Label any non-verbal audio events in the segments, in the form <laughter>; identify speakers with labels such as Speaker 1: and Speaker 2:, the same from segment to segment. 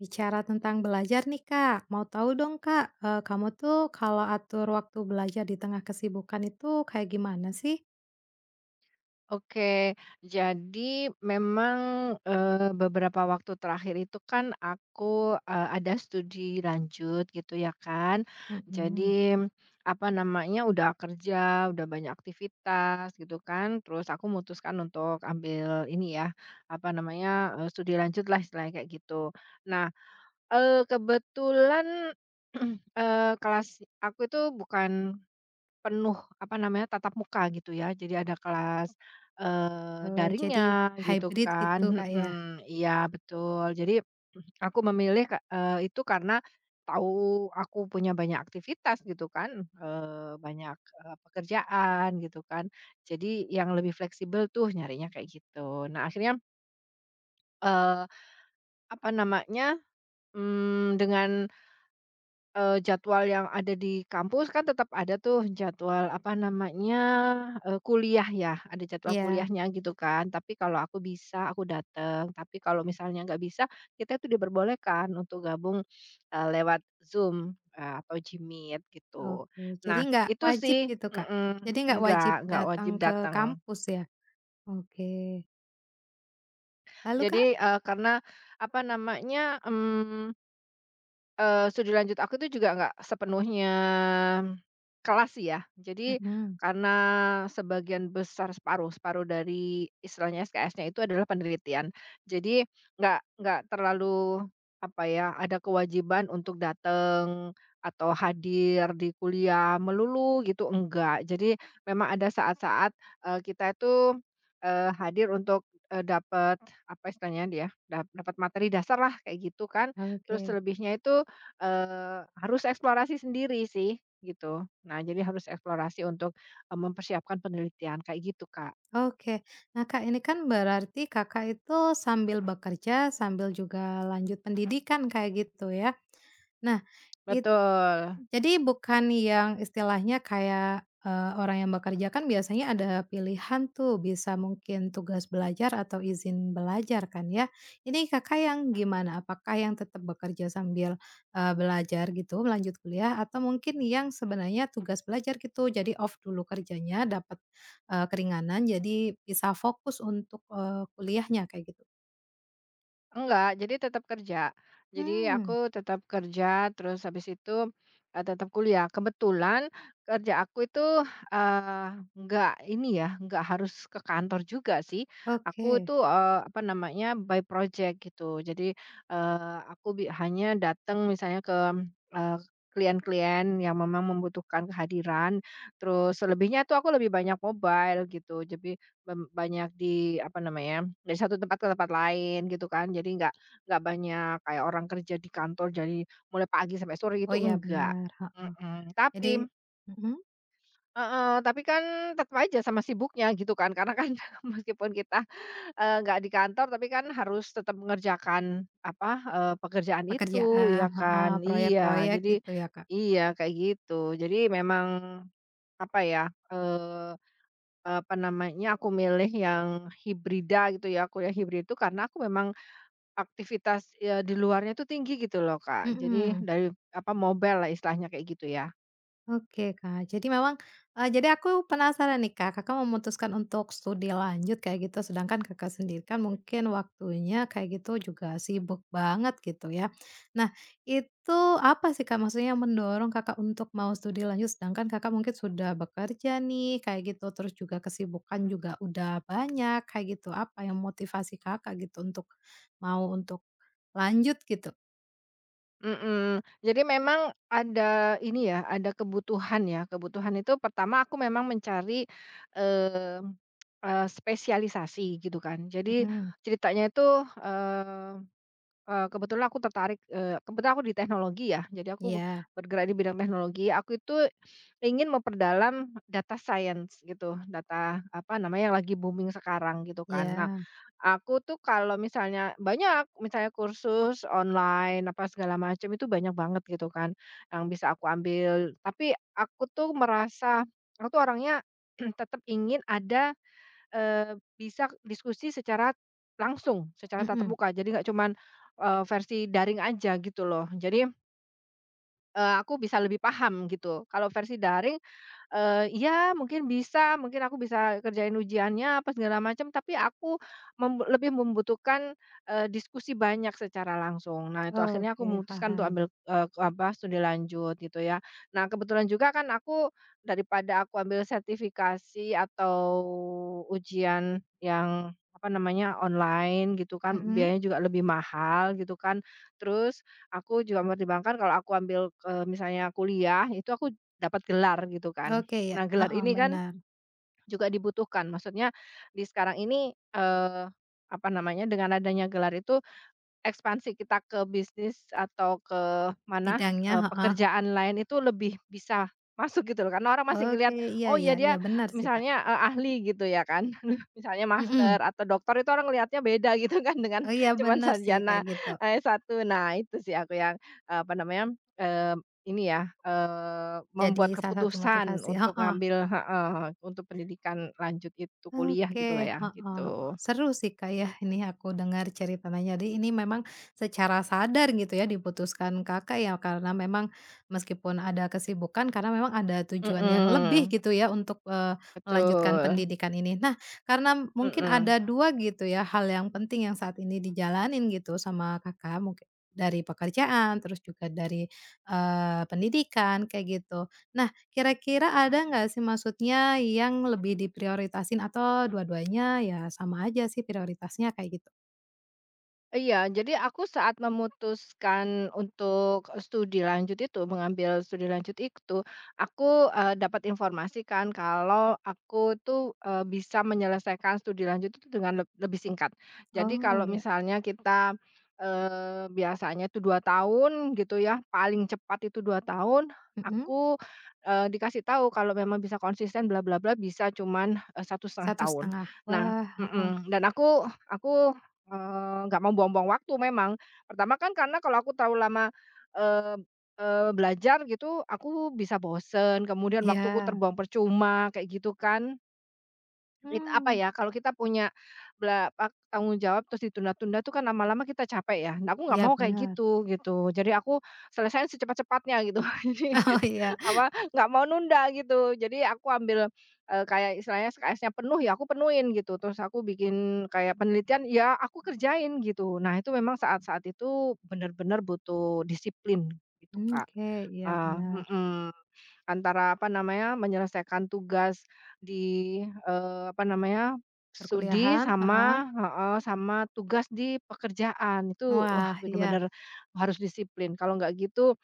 Speaker 1: Bicara tentang belajar nih Kak, mau tahu dong Kak, kamu tuh kalau atur waktu belajar di tengah kesibukan itu kayak gimana sih?
Speaker 2: Oke, jadi memang, beberapa waktu terakhir itu kan aku, ada studi lanjut gitu ya kan.
Speaker 1: Mhm.
Speaker 2: Jadi, apa namanya, udah kerja, udah banyak aktivitas gitu kan, terus aku memutuskan untuk ambil ini ya, apa namanya, studi lanjut lah istilahnya kayak gitu. Nah, kebetulan, <clears throat> kelas aku itu bukan penuh, apa namanya, tatap muka gitu ya. Jadi ada kelas,
Speaker 1: Oh, jadi
Speaker 2: daringnya gitu
Speaker 1: hybrid
Speaker 2: kan,
Speaker 1: gitu Kak ya?
Speaker 2: mhm, iya betul. Jadi <clears throat> aku memilih ke itu karena tahu aku punya banyak aktivitas gitu kan, banyak, pekerjaan gitu kan. Jadi yang lebih fleksibel tuh nyarinya kayak gitu. Nah akhirnya, eee, apa namanya, dengan jadwal yang ada di kampus kan tetap ada tuh jadwal, apa namanya, kuliah ya, ada jadwal
Speaker 1: Iya,
Speaker 2: kuliahnya gitu kan. Tapi kalau aku bisa aku datang, tapi kalau misalnya nggak bisa, kita itu diperbolehkan untuk gabung, lewat Zoom, atau jimit gitu.
Speaker 1: oke.
Speaker 2: Nah
Speaker 1: Jadi nggak
Speaker 2: itu
Speaker 1: wajib
Speaker 2: sih,
Speaker 1: gitu Kak?
Speaker 2: mhm,
Speaker 1: Jadi nggak
Speaker 2: nggak
Speaker 1: wajib
Speaker 2: nggak wajib
Speaker 1: datang ke
Speaker 2: datang.
Speaker 1: kampus ya? Oke. Lalu
Speaker 2: Jadi,
Speaker 1: Kak?
Speaker 2: karena, apa namanya, studi lanjut aku itu juga nggak sepenuhnya kelas sih ya. Jadi
Speaker 1: Mhm,
Speaker 2: karena sebagian besar separuh separuh dari istilahnya SKS-nya itu adalah penelitian. Jadi nggak terlalu, apa ya, ada kewajiban untuk datang atau hadir di kuliah melulu gitu, enggak. Jadi memang ada saat-saat, kita itu, hadir untuk, dapat, apa istilahnya dia, dapat materi dasarlah kayak gitu kan. Terus
Speaker 1: oke
Speaker 2: selebihnya itu harus eksplorasi sendiri sih, gitu. Nah, jadi harus eksplorasi untuk, mempersiapkan penelitian, kayak gitu, Kak.
Speaker 1: oke. Nah Kak, ini kan berarti Kakak itu sambil bekerja, sambil juga lanjut pendidikan kayak gitu ya? Nah, it
Speaker 2: Betul.
Speaker 1: Jadi bukan yang istilahnya kayak, orang yang bekerja kan biasanya ada pilihan tuh, bisa mungkin tugas belajar atau izin belajar kan ya. Ini Kakak yang gimana? Apakah yang tetap bekerja sambil, belajar gitu, lanjut kuliah atau mungkin yang sebenarnya tugas belajar gitu, jadi off dulu kerjanya dapat, keringanan jadi bisa fokus untuk, kuliahnya kayak gitu?
Speaker 2: Enggak, jadi tetap kerja. Jadi
Speaker 1: Mmm,
Speaker 2: aku tetap kerja, terus habis itu, tetap kuliah. Kebetulan kerja aku itu, eee, enggak ini ya, enggak harus ke kantor juga sih. Aku
Speaker 1: oke.
Speaker 2: itu, apa namanya, by project gitu. Jadi, aku hanya datang misalnya ke, eee, klien-klien yang memang membutuhkan kehadiran, terus selebihnya tuh aku lebih banyak mobile gitu. Jadi banyak di apa namanya, dari satu tempat ke tempat lain gitu kan. Jadi nggak banyak kayak orang kerja di kantor jadi mulai pagi sampai sore
Speaker 1: Oh
Speaker 2: gitu,
Speaker 1: iya
Speaker 2: enggak.
Speaker 1: benar, heeh.
Speaker 2: Mhm,
Speaker 1: Jadi
Speaker 2: tapi,
Speaker 1: mhm?
Speaker 2: heeh, tapi kan tetap aja sama sibuknya gitu kan. Karena kan, <laughs> meskipun kita, nggak di kantor tapi kan harus tetap mengerjakan apa, pekerjaan itu,
Speaker 1: Pekerjaan,
Speaker 2: ya
Speaker 1: heeh,
Speaker 2: kan? Iya,
Speaker 1: proyek-proyek
Speaker 2: jadi
Speaker 1: gitu ya, Kak?
Speaker 2: iya kayak gitu. Jadi memang apa ya, eh, apa namanya, aku milih yang hibrida gitu ya, kuliah hibrid itu karena aku memang aktivitas, di luarnya itu tinggi gitu loh, Kak. Jadi
Speaker 1: Mhm,
Speaker 2: dari apa, mobile lah istilahnya kayak gitu ya.
Speaker 1: oke, Kak. Jadi aku penasaran nih, Kak, Kakak memutuskan untuk studi lanjut kayak gitu, sedangkan Kakak sendiri kan mungkin waktunya kayak gitu juga sibuk banget gitu ya. Nah, itu apa sih, Kak, maksudnya yang mendorong Kakak untuk mau studi lanjut sedangkan Kakak mungkin sudah bekerja nih kayak gitu, terus juga kesibukan juga udah banyak kayak gitu. Apa yang motivasi Kakak gitu untuk mau untuk lanjut gitu?
Speaker 2: Mhm. Jadi memang ada ini ya, ada kebutuhan ya, kebutuhan itu pertama aku memang mencari, mmm, spesialisasi gitu kan. Jadi
Speaker 1: Mhm,
Speaker 2: ceritanya itu, eh, kebetulan aku tertarik, kebetulan aku di teknologi ya, jadi aku
Speaker 1: iya
Speaker 2: bergerak di bidang teknologi. Aku itu ingin memperdalam data science gitu, data apa namanya, yang lagi booming sekarang gitu kan. Nah,
Speaker 1: iya,
Speaker 2: aku tuh kalau misalnya banyak, misalnya kursus online apa segala macam itu banyak banget gitu kan, yang bisa aku ambil. Tapi aku tuh merasa, aku tuh orangnya <clears throat> tetap ingin ada bisa diskusi secara langsung, secara tatap
Speaker 1: mhm,
Speaker 2: muka. Jadi nggak cuman, versi daring aja gitu loh. Jadi aku bisa lebih paham gitu. Kalau versi daring, iya mungkin bisa, mungkin aku bisa kerjain ujiannya apa segala macam, tapi aku lebih membutuhkan, diskusi banyak secara langsung. Nah itu akhirnya aku
Speaker 1: oke
Speaker 2: memutuskan untuk
Speaker 1: paham,
Speaker 2: ambil, apa, studi lanjut gitu ya. Nah kebetulan juga kan aku daripada aku ambil sertifikasi atau ujian yang, apa namanya, online gitu kan,
Speaker 1: mhm,
Speaker 2: biayanya juga lebih mahal gitu kan. Terus aku juga mempertimbangkan kalau aku ambil, misalnya kuliah, itu aku dapat gelar gitu kan.
Speaker 1: oke ya,
Speaker 2: Nah, gelar
Speaker 1: heeh,
Speaker 2: ini kan
Speaker 1: benar,
Speaker 2: juga dibutuhkan, maksudnya di sekarang ini, apa namanya, dengan adanya gelar itu ekspansi kita ke bisnis atau ke mana,
Speaker 1: bidangnya heeh,
Speaker 2: pekerjaan lain itu lebih bisa masuk gitu loh, karena orang masih
Speaker 1: oke,
Speaker 2: ngelihat,
Speaker 1: iya
Speaker 2: "Oh
Speaker 1: iya
Speaker 2: ya dia
Speaker 1: iya benar sih Kak,
Speaker 2: misalnya, ahli," gitu ya kan, <laughs> misalnya master
Speaker 1: mhm,
Speaker 2: atau doktor itu orang ngelihatnya beda <laughs> gitu kan dengan
Speaker 1: oh iya
Speaker 2: cuman
Speaker 1: benar sih
Speaker 2: sarjana,
Speaker 1: kayak gitu,
Speaker 2: S1. Nah itu sih aku yang, apa namanya, eee, ini ya,
Speaker 1: jadi
Speaker 2: membuat
Speaker 1: salah satu
Speaker 2: keputusan
Speaker 1: motivasi,
Speaker 2: untuk
Speaker 1: heeh.
Speaker 2: ngambil, heeh, untuk pendidikan lanjut itu kuliah gitulah
Speaker 1: Oke,
Speaker 2: ya,
Speaker 1: heeh. Oh,
Speaker 2: gitu.
Speaker 1: seru sih, Kak, ya, ini aku dengar ceritanya. Jadi ini memang secara sadar gitu ya diputuskan Kakak ya, karena memang meskipun ada kesibukan, karena memang ada tujuan yang lebih
Speaker 2: Mhm,
Speaker 1: gitu ya untuk, melanjutkan
Speaker 2: betul,
Speaker 1: pendidikan ini. Nah, karena mungkin
Speaker 2: mhm.
Speaker 1: ada 2 gitu ya hal yang penting yang saat ini dijalanin gitu sama Kakak, mungkin dari pekerjaan, terus juga dari, pendidikan, kayak gitu. Nah, kira-kira ada nggak sih maksudnya yang lebih diprioritasin atau dua-duanya ya sama aja sih prioritasnya kayak gitu?
Speaker 2: Iya, jadi aku saat memutuskan untuk studi lanjut itu, mengambil studi lanjut itu, aku, dapat informasi kan kalau aku tuh, bisa menyelesaikan studi lanjut itu dengan lebih singkat. Jadi
Speaker 1: Oh
Speaker 2: kalau
Speaker 1: ya,
Speaker 2: misalnya kita, biasanya itu 2 tahun gitu ya, paling cepat itu 2 tahun,
Speaker 1: mhm,
Speaker 2: aku, dikasih tahu kalau memang bisa konsisten bla bla bla bisa cuman, satu setengah
Speaker 1: satu
Speaker 2: tahun.
Speaker 1: setengah.
Speaker 2: Nah,
Speaker 1: Wah, heeh,
Speaker 2: mhm, dan aku nggak mau buang-buang waktu memang. Pertama kan karena kalau aku terlalu lama, eee eee, belajar gitu, aku bisa bosen, kemudian waktuku
Speaker 1: iya,
Speaker 2: terbuang percuma, kayak gitu kan. Apa
Speaker 1: mmm,
Speaker 2: ya, kalau kita punya bla pak tanggung jawab terus ditunda-tunda tuh kan lama-lama kita capek ya. Nah, aku nggak
Speaker 1: iya
Speaker 2: mau kayak
Speaker 1: bener.
Speaker 2: gitu, gitu. Jadi aku selesain secepat-cepatnya gitu. <laughs> Jadi
Speaker 1: <laughs> Oh iya,
Speaker 2: apa, nggak mau nunda gitu. Jadi aku ambil, kayak istilahnya SKS-nya penuh, ya aku penuhin gitu. Terus aku bikin kayak penelitian, ya aku kerjain gitu. Nah itu memang saat-saat itu bener-bener butuh disiplin gitu,
Speaker 1: mmm,
Speaker 2: Kak.
Speaker 1: oke, iya
Speaker 2: Eee,
Speaker 1: bener.
Speaker 2: mhm, antara apa namanya, menyelesaikan tugas di, apa namanya, studi,
Speaker 1: Perkuliahan, heeh,
Speaker 2: sama, heeh, sama tugas di pekerjaan. Itu wah
Speaker 1: wah iya,
Speaker 2: benar-benar harus disiplin. Kalau nggak gitu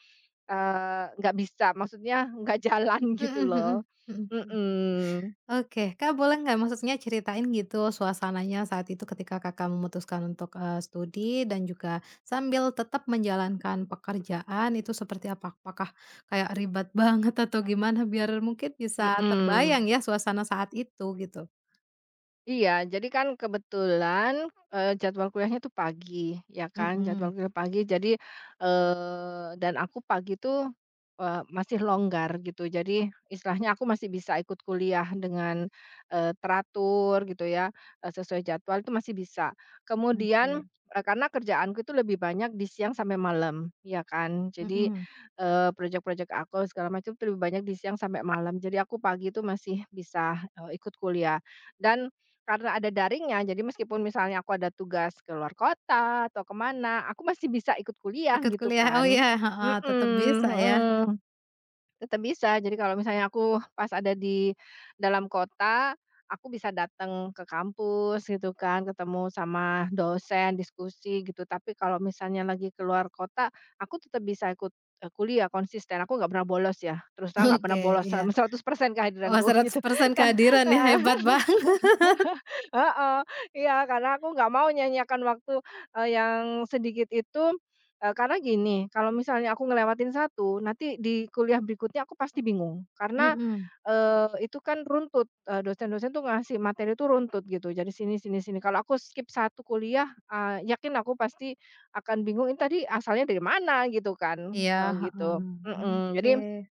Speaker 2: Nggak bisa, maksudnya nggak jalan <laughs>
Speaker 1: mhm
Speaker 2: gitu loh.
Speaker 1: mhm, mhm mhm.
Speaker 2: Mhm,
Speaker 1: Oke, Kak, boleh nggak maksudnya ceritain gitu suasananya saat itu ketika Kakak memutuskan untuk, studi dan juga sambil tetap menjalankan pekerjaan itu seperti apa? Apakah kayak ribet <laughs> banget atau gimana biar mungkin bisa
Speaker 2: mhm.
Speaker 1: terbayang ya suasana saat itu gitu?
Speaker 2: Iya, jadi kan kebetulan, jadwal kuliahnya tuh pagi, ya kan, jadwal
Speaker 1: Mhm,
Speaker 2: kuliah pagi. Jadi, dan aku pagi tuh, masih longgar gitu. Jadi istilahnya aku masih bisa ikut kuliah dengan, teratur gitu ya, sesuai jadwal itu masih bisa.
Speaker 1: oke,
Speaker 2: Kemudian, karena kerjaanku itu lebih banyak di siang sampai malam, ya kan. Jadi,
Speaker 1: mhm,
Speaker 2: proyek projek aku segala macam tuh lebih banyak di siang sampai malam. Jadi aku pagi itu masih bisa, ikut kuliah dan karena ada daringnya, jadi meskipun misalnya aku ada tugas ke luar kota atau ke mana, aku masih bisa ikut kuliah
Speaker 1: ikut
Speaker 2: gitu
Speaker 1: kuliah oh
Speaker 2: kan.
Speaker 1: iya, heeh,
Speaker 2: Mhm,
Speaker 1: tetap bisa ya?
Speaker 2: mhm, tetap bisa. Jadi kalau misalnya aku pas ada di dalam kota, aku bisa datang ke kampus gitu kan, ketemu sama dosen, diskusi gitu. Tapi kalau misalnya lagi keluar kota, aku tetap bisa ikut, kuliah konsisten. Aku nggak pernah bolos ya, terus terang
Speaker 1: <laughs>
Speaker 2: nggak pernah
Speaker 1: Oke,
Speaker 2: bolos
Speaker 1: iya.
Speaker 2: selama 100% <laughs>
Speaker 1: Wah
Speaker 2: kehadiranku
Speaker 1: seratus
Speaker 2: gitu,
Speaker 1: persen
Speaker 2: Kak,
Speaker 1: kehadiran ya,
Speaker 2: heeh.
Speaker 1: hebat banget. <laughs>
Speaker 2: Heeh, iya karena aku nggak mau nyanyiakan waktu, yang sedikit itu, karena gini, kalau misalnya aku ngelewatin satu, nanti di kuliah berikutnya aku pasti bingung. Karena,
Speaker 1: Mhm,
Speaker 2: itu kan runtut, dosen-dosen tuh ngasih materi itu runtut gitu, jadi sini sini sini. Kalau aku skip satu kuliah, yakin aku pasti akan bingung, "Ini tadi asalnya dari mana?" Gitu kan,
Speaker 1: iya,
Speaker 2: gitu.
Speaker 1: heeh,
Speaker 2: Mhm, jadi
Speaker 1: oke.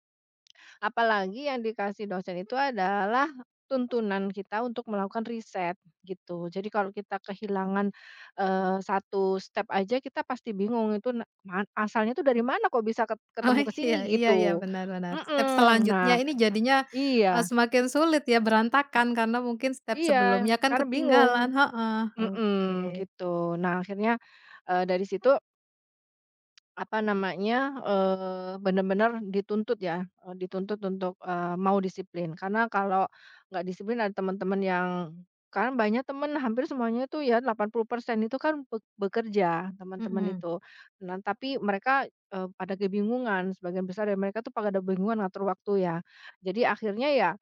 Speaker 2: apalagi yang dikasih dosen itu adalah tuntunan kita untuk melakukan riset gitu. Jadi kalau kita kehilangan, 1 step aja kita pasti bingung itu na man asalnya itu dari mana kok bisa
Speaker 1: Oh,
Speaker 2: ketemu ke sini
Speaker 1: iya iya iya,
Speaker 2: gitu.
Speaker 1: benar benar. Step
Speaker 2: Mhm,
Speaker 1: selanjutnya
Speaker 2: nah
Speaker 1: ini
Speaker 2: ke
Speaker 1: jadinya,
Speaker 2: iya
Speaker 1: semakin sulit ya, berantakan karena mungkin step
Speaker 2: iya,
Speaker 1: sebelumnya kan
Speaker 2: karena bingung,
Speaker 1: ketinggalan heeh,
Speaker 2: mhm,
Speaker 1: oke.
Speaker 2: gitu. Nah akhirnya, dari situ apa namanya, bener dituntut ya, dituntut untuk, mau disiplin. Karena kalau nggak disiplin ada teman-teman yang, kan banyak teman hampir semuanya itu ya 80% itu kan bekerja, teman-teman
Speaker 1: Mhm
Speaker 2: itu. Nah tapi mereka, pada kebingungan, sebagian besar dari mereka tuh pada ada bingungan ngatur waktu ya. Jadi akhirnya ya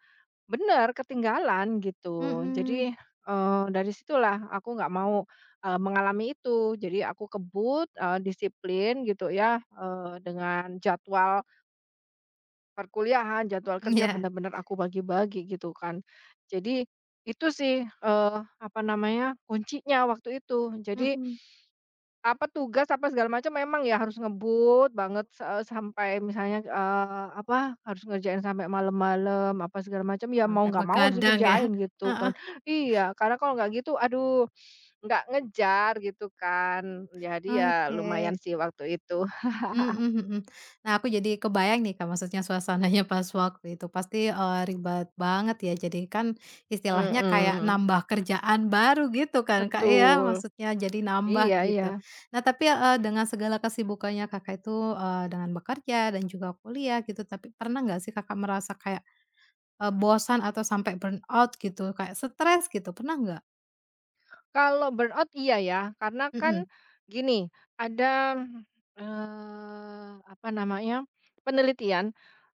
Speaker 2: bener, ketinggalan gitu.
Speaker 1: mhm,
Speaker 2: Jadi, dari situlah aku nggak mau, mengalami itu. Jadi aku kebut, disiplin gitu ya, dengan jadwal perkuliahan, jadwal kerja
Speaker 1: iya,
Speaker 2: bener-bener aku bagi-bagi gitu kan. Jadi itu sih, apa namanya, kuncinya waktu itu. Jadi
Speaker 1: mhm,
Speaker 2: apa, tugas apa segala macam memang ya harus ngebut banget, sampai misalnya, apa, harus ngerjain sampai malam-malam, apa segala macam, ya mau
Speaker 1: sampai
Speaker 2: nggak mau harus
Speaker 1: begadang ya,
Speaker 2: dikerjain gitu kan.
Speaker 1: heeh,
Speaker 2: Iya, karena kalau nggak gitu, aduh, nggak ngejar gitu kan. Jadi ya
Speaker 1: oke.
Speaker 2: lumayan sih waktu itu.
Speaker 1: Mhm mhm. Nah, aku jadi kebayang nih, Kak, maksudnya suasananya pas waktu itu pasti, ribet banget ya. Jadi kan istilahnya kayak
Speaker 2: Mhm,
Speaker 1: nambah kerjaan baru gitu kan, Kak, ya,
Speaker 2: betul.
Speaker 1: maksudnya jadi
Speaker 2: Iya,
Speaker 1: nambah
Speaker 2: iya.
Speaker 1: gitu. Nah, tapi, dengan segala kesibukannya Kakak itu, dengan bekerja dan juga kuliah gitu, tapi pernah nggak sih Kakak merasa kayak, bosan atau sampai burnout gitu, kayak stres gitu, pernah nggak?
Speaker 2: Kalau burnout iya ya, karena kan
Speaker 1: Mhm
Speaker 2: gini, ada, apa namanya, penelitian.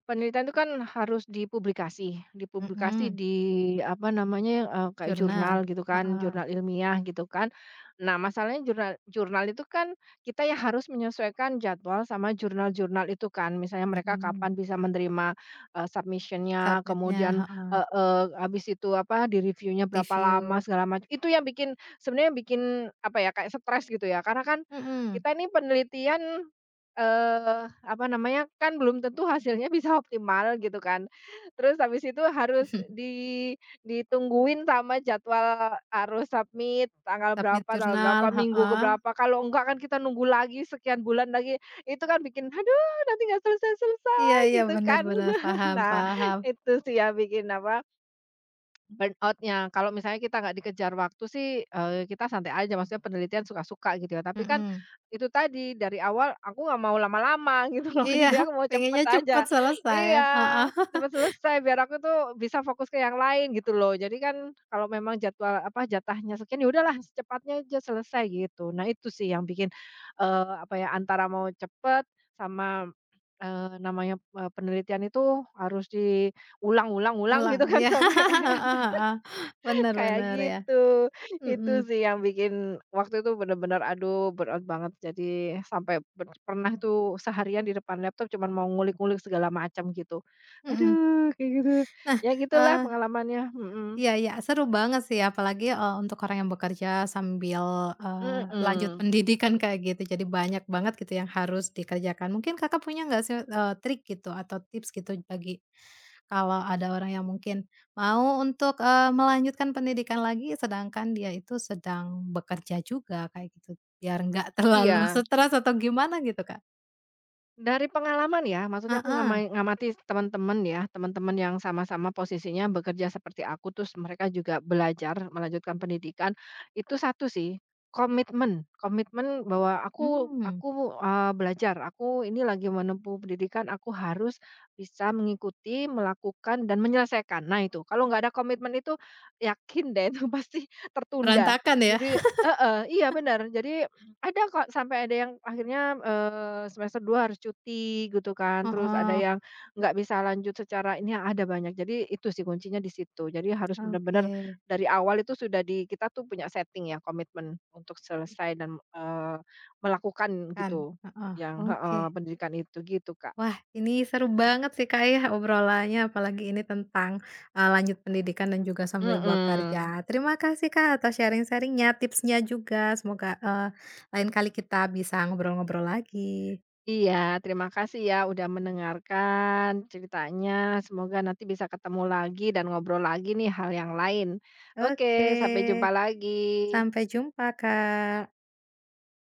Speaker 2: Penelitian itu kan harus dipublikasi, dipublikasi
Speaker 1: mhm,
Speaker 2: di apa namanya, kayak jurnal
Speaker 1: jurnal,
Speaker 2: gitu kan,
Speaker 1: heeh,
Speaker 2: jurnal ilmiah gitu kan. Nah, masalahnya jurnal jurnal itu kan kita ya harus menyesuaikan jadwal sama jurnal-jurnal itu kan. Misalnya mereka
Speaker 1: mhm,
Speaker 2: kapan bisa menerima, submission,
Speaker 1: submit-nya,
Speaker 2: kemudian,
Speaker 1: heeh,
Speaker 2: eee eee, habis itu apa, di reviewnya berapa lama
Speaker 1: review.
Speaker 2: segala macam. Itu yang bikin sebenarnya bikin apa ya, kayak stres gitu ya. Karena kan
Speaker 1: Mhm.
Speaker 2: kita ini penelitian, apa namanya, kan belum tentu hasilnya <laughs> bisa optimal gitu kan. Terus habis itu harus
Speaker 1: <laughs>
Speaker 2: di ditungguin sama jadwal harus submit
Speaker 1: Submit
Speaker 2: tanggal
Speaker 1: jurnal,
Speaker 2: berapa, minggu ke
Speaker 1: heeh.
Speaker 2: berapa, kalau enggak kan kita nunggu lagi sekian bulan lagi, itu kan bikin, "Aduh nanti nggak
Speaker 1: Iya
Speaker 2: selesai-selesai,"
Speaker 1: iya,
Speaker 2: gitu kan.
Speaker 1: benar-benar
Speaker 2: <laughs>
Speaker 1: paham
Speaker 2: Nah,
Speaker 1: paham,
Speaker 2: itu sih yang bikin apa, burnout-nya, kalau misalnya kita nggak dikejar waktu sih, kita santai aja, maksudnya penelitian suka-suka gitu ya. Tapi kan
Speaker 1: mhm.
Speaker 2: itu tadi, dari awal aku nggak mau lama-lama <laughs> gitu loh,
Speaker 1: Iya,
Speaker 2: jadi aku
Speaker 1: <laughs>
Speaker 2: mau cepet
Speaker 1: pengennya
Speaker 2: aja.
Speaker 1: cepat selesai,
Speaker 2: Iya,
Speaker 1: heeh.
Speaker 2: cepet
Speaker 1: <laughs>
Speaker 2: selesai biar aku tuh bisa fokus ke yang lain gitu loh. Jadi kan kalau memang jadwal apa, jatahnya sekian, ya udahlah secepatnya aja selesai gitu. Nah itu sih yang bikin, apa ya, antara mau cepet sama, namanya, penelitian itu harus diulang-ulang-ulang
Speaker 1: Ulang.
Speaker 2: gitu kan
Speaker 1: Iya,
Speaker 2: <laughs> sampai
Speaker 1: <laughs> heeh heeh. Benar
Speaker 2: kayak
Speaker 1: bener ya,
Speaker 2: gitu. Itu
Speaker 1: mhm
Speaker 2: sih yang bikin waktu itu bener-bener aduh burn banget. Jadi sampai pernah tuh seharian di depan laptop cuman mau ngulik-ngulik segala macam gitu.
Speaker 1: mhm.
Speaker 2: Aduh kayak gitu.
Speaker 1: Nah,
Speaker 2: Ya gitulah
Speaker 1: eee
Speaker 2: pengalamannya, mhm,
Speaker 1: iya iya, seru banget sih apalagi, untuk orang yang bekerja sambil, lanjut <laughs>
Speaker 2: mhm.
Speaker 1: pendidikan kayak gitu, jadi banyak banget gitu yang harus dikerjakan. Mungkin Kakak punya nggak sih, trik gitu atau tips gitu bagi kalau ada orang yang mungkin mau untuk, melanjutkan pendidikan lagi sedangkan dia itu sedang bekerja juga kayak gitu, biar nggak <laughs> terlalu
Speaker 2: Iya.
Speaker 1: stres atau gimana gitu, Kak?
Speaker 2: Dari pengalaman ya, maksudnya aku
Speaker 1: Heeh,
Speaker 2: ngamati teman-teman ya, teman-teman yang sama-sama posisinya bekerja seperti aku, terus mereka juga belajar melanjutkan pendidikan, itu satu sih, komitmen komitmen bahwa aku
Speaker 1: mmm,
Speaker 2: aku, belajar, aku ini lagi menempuh pendidikan, aku harus bisa mengikuti, melakukan, dan menyelesaikan. Nah itu, kalau nggak ada komitmen itu, yakin deh <laughs> itu pasti tertunda.
Speaker 1: berantakan ya?
Speaker 2: Jadi, heeh, iya benar. Jadi ada kok sampai ada yang akhirnya, semester 2 harus cuti gitu kan, terus ada
Speaker 1: Heeh,
Speaker 2: yang nggak bisa lanjut secara ini, ya ada banyak. Jadi itu sih kuncinya di situ. Jadi harus
Speaker 1: oke,
Speaker 2: benar-benar dari awal itu sudah di kita tuh punya setting ya, komitmen untuk selesai dan, melakukan
Speaker 1: kan
Speaker 2: gitu
Speaker 1: heeh,
Speaker 2: yang,
Speaker 1: oke.
Speaker 2: heeh, pendidikan itu, gitu Kak.
Speaker 1: Wah, ini seru banget sih, Kak, ya obrolannya, apalagi ini tentang, lanjut pendidikan dan juga sambil
Speaker 2: Mhm.
Speaker 1: bekerja. Terima kasih, Kak, atas sharing sharingnya tipsnya juga. Semoga, lain kali kita bisa ngobrol-ngobrol lagi.
Speaker 2: Iya, terima kasih ya udah mendengarkan ceritanya. Semoga nanti bisa ketemu lagi dan ngobrol lagi nih hal yang lain. Oke,
Speaker 1: Oke,
Speaker 2: sampai jumpa lagi.
Speaker 1: sampai jumpa, Kak.